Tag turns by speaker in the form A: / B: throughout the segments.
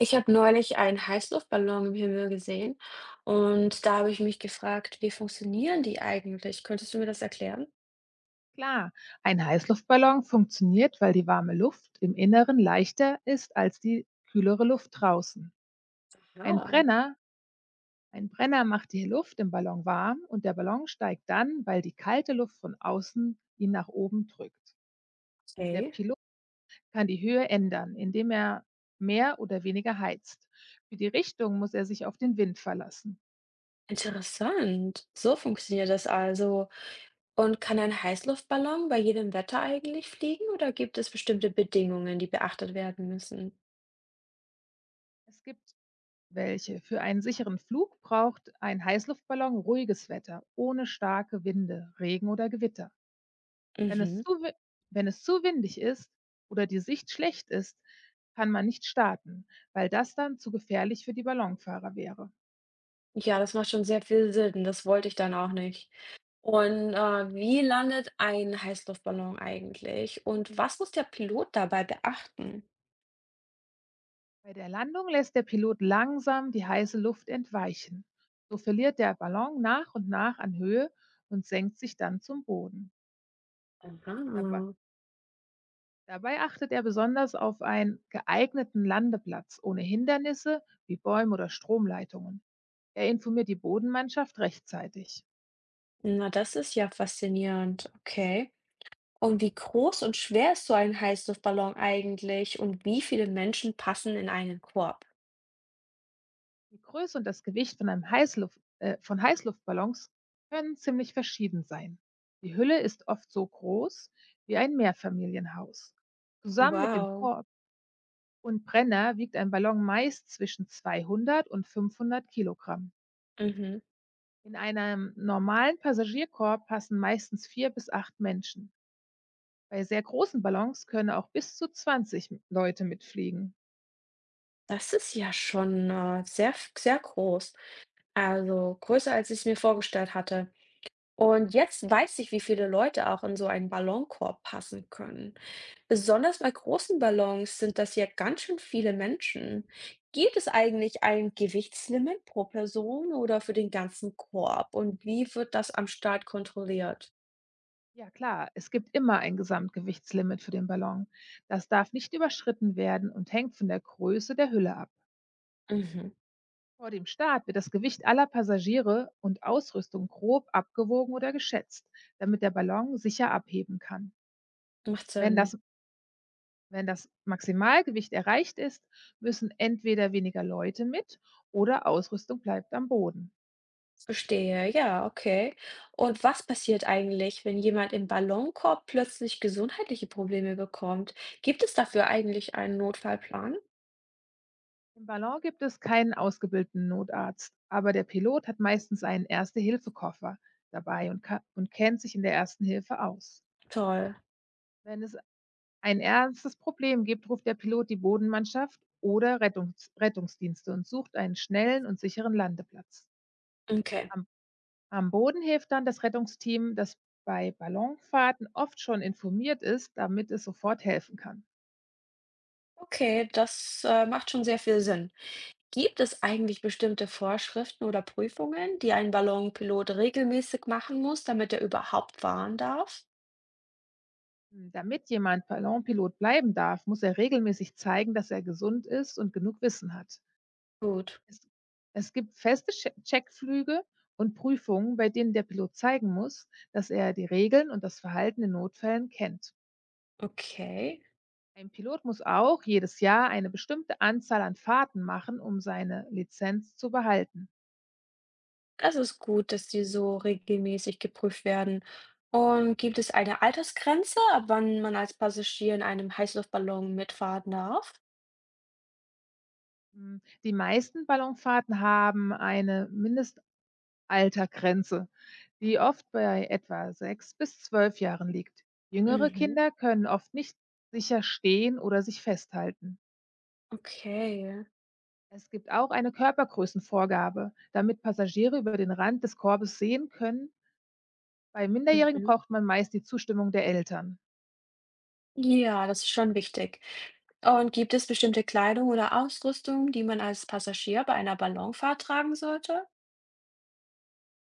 A: Ich habe neulich einen Heißluftballon im Himmel gesehen und da habe ich mich gefragt, wie funktionieren die eigentlich? Könntest du mir das erklären?
B: Klar, ein Heißluftballon funktioniert, weil die warme Luft im Inneren leichter ist als die kühlere Luft draußen. Ein
A: Ah,
B: Brenner, ein Brenner macht die Luft im Ballon warm und der Ballon steigt dann, weil die kalte Luft von außen ihn nach oben drückt. Der
A: okay.
B: Pilot kann die Höhe ändern, indem er mehr oder weniger heizt. Für die Richtung muss er sich auf den Wind verlassen.
A: Interessant. So funktioniert das also. Und kann ein Heißluftballon bei jedem Wetter eigentlich fliegen oder gibt es bestimmte Bedingungen, die beachtet werden müssen?
B: Es gibt welche. Für einen sicheren Flug braucht ein Heißluftballon ruhiges Wetter, ohne starke Winde, Regen oder Gewitter. Wenn es
A: Mhm.
B: zu wi wenn es zu windig ist oder die Sicht schlecht ist, kann man nicht starten, weil das dann zu gefährlich für die Ballonfahrer wäre.
A: Ja, das macht schon sehr viel Sinn. Das wollte ich dann auch nicht. Und wie landet ein Heißluftballon eigentlich? Und was muss der Pilot dabei beachten?
B: Bei der Landung lässt der Pilot langsam die heiße Luft entweichen. So verliert der Ballon nach und nach an Höhe und senkt sich dann zum Boden. Dabei,
A: Aha.
B: dabei achtet er besonders auf einen geeigneten Landeplatz ohne Hindernisse wie Bäume oder Stromleitungen. Er informiert die Bodenmannschaft rechtzeitig.
A: Na, das ist ja faszinierend. Okay. Und wie groß und schwer ist so ein Heißluftballon eigentlich und wie viele Menschen passen in einen Korb?
B: Die Größe und das Gewicht von Heißluftballons können ziemlich verschieden sein. Die Hülle ist oft so groß wie ein Mehrfamilienhaus. Zusammen mit dem
A: Wow.
B: Korb und Brenner wiegt ein Ballon meist zwischen 200 und 500 Kilogramm.
A: Mhm.
B: In einem normalen Passagierkorb passen meistens vier bis acht Menschen. Bei sehr großen Ballons können auch bis zu 20 Leute mitfliegen.
A: Das ist ja schon sehr, sehr groß. Also größer, als ich es mir vorgestellt hatte. Und jetzt weiß ich, wie viele Leute auch in so einen Ballonkorb passen können. Besonders bei großen Ballons sind das ja ganz schön viele Menschen. Gibt es eigentlich ein Gewichtslimit pro Person oder für den ganzen Korb? Und wie wird das am Start kontrolliert?
B: Ja klar, es gibt immer ein Gesamtgewichtslimit für den Ballon. Das darf nicht überschritten werden und hängt von der Größe der Hülle ab.
A: Mhm.
B: Vor dem Start wird das Gewicht aller Passagiere und Ausrüstung grob abgewogen oder geschätzt, damit der Ballon sicher abheben kann.
A: Macht
B: Wenn
A: Sinn.
B: das, wenn das Maximalgewicht erreicht ist, müssen entweder weniger Leute mit oder Ausrüstung bleibt am Boden.
A: Verstehe, ja, okay. Und was passiert eigentlich, wenn jemand im Ballonkorb plötzlich gesundheitliche Probleme bekommt? Gibt es dafür eigentlich einen Notfallplan?
B: Im Ballon gibt es keinen ausgebildeten Notarzt, aber der Pilot hat meistens einen Erste-Hilfe-Koffer dabei und kennt sich in der Ersten Hilfe aus.
A: Toll.
B: Wenn es ein ernstes Problem gibt, ruft der Pilot die Bodenmannschaft oder Rettungsdienste und sucht einen schnellen und sicheren Landeplatz.
A: Okay.
B: Am, am Boden hilft dann das Rettungsteam, das bei Ballonfahrten oft schon informiert ist, damit es sofort helfen kann.
A: Okay, das macht schon sehr viel Sinn. Gibt es eigentlich bestimmte Vorschriften oder Prüfungen, die ein Ballonpilot regelmäßig machen muss, damit er überhaupt fahren darf?
B: Damit jemand Ballonpilot bleiben darf, muss er regelmäßig zeigen, dass er gesund ist und genug Wissen hat.
A: Gut,
B: Es es gibt feste Checkflüge und Prüfungen, bei denen der Pilot zeigen muss, dass er die Regeln und das Verhalten in Notfällen kennt.
A: okay.
B: Ein Pilot muss auch jedes Jahr eine bestimmte Anzahl an Fahrten machen, um seine Lizenz zu behalten.
A: Das ist gut, dass die so regelmäßig geprüft werden. Und gibt es eine Altersgrenze, ab wann man als Passagier in einem Heißluftballon mitfahren darf?
B: Mm, Die meisten Ballonfahrten haben eine Mindestaltergrenze, die oft bei etwa 6 bis 12 Jahren liegt. Jüngere
A: Mhm,
B: Kinder können oft nicht sicher stehen oder sich festhalten.
A: okay.
B: Es gibt auch eine Körpergrößenvorgabe, damit Passagiere über den Rand des Korbes sehen können. Bei Minderjährigen
A: Mhm.
B: braucht man meist die Zustimmung der Eltern.
A: Ja, das ist schon wichtig. Und gibt es bestimmte Kleidung oder Ausrüstung, die man als Passagier bei einer Ballonfahrt tragen sollte?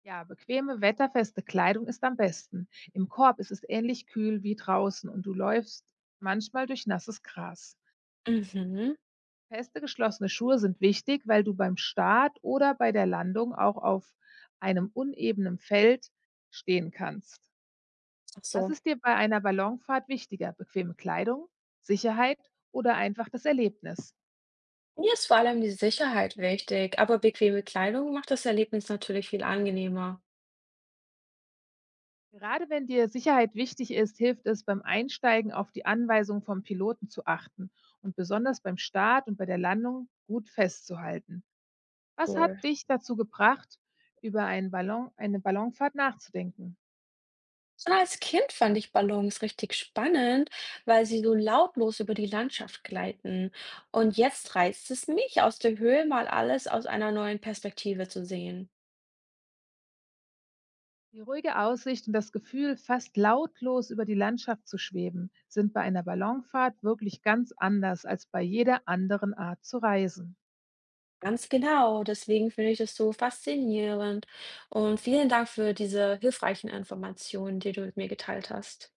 B: Ja, bequeme, wetterfeste Kleidung ist am besten. Im Korb ist es ähnlich kühl wie draußen und du läufst manchmal durch nasses Gras.
A: Mhm.
B: Feste geschlossene Schuhe sind wichtig, weil du beim Start oder bei der Landung auch auf einem unebenen Feld stehen kannst.
A: Ach
B: Was
A: so.
B: ist dir bei einer Ballonfahrt wichtiger? Bequeme Kleidung, Sicherheit oder einfach das Erlebnis?
A: Mir ist vor allem die Sicherheit wichtig, aber bequeme Kleidung macht das Erlebnis natürlich viel angenehmer.
B: Gerade wenn dir Sicherheit wichtig ist, hilft es beim Einsteigen auf die Anweisung vom Piloten zu achten und besonders beim Start und bei der Landung gut festzuhalten. Was hat
A: Cool.
B: dich dazu gebracht, eine Ballonfahrt nachzudenken?
A: Schon als Kind fand ich Ballons richtig spannend, weil sie so lautlos über die Landschaft gleiten. Und jetzt reizt es mich, aus der Höhe mal alles aus einer neuen Perspektive zu sehen.
B: Die ruhige Aussicht und das Gefühl, fast lautlos über die Landschaft zu schweben, sind bei einer Ballonfahrt wirklich ganz anders als bei jeder anderen Art zu reisen.
A: Ganz genau, deswegen finde ich das so faszinierend. Und vielen Dank für diese hilfreichen Informationen, die du mit mir geteilt hast.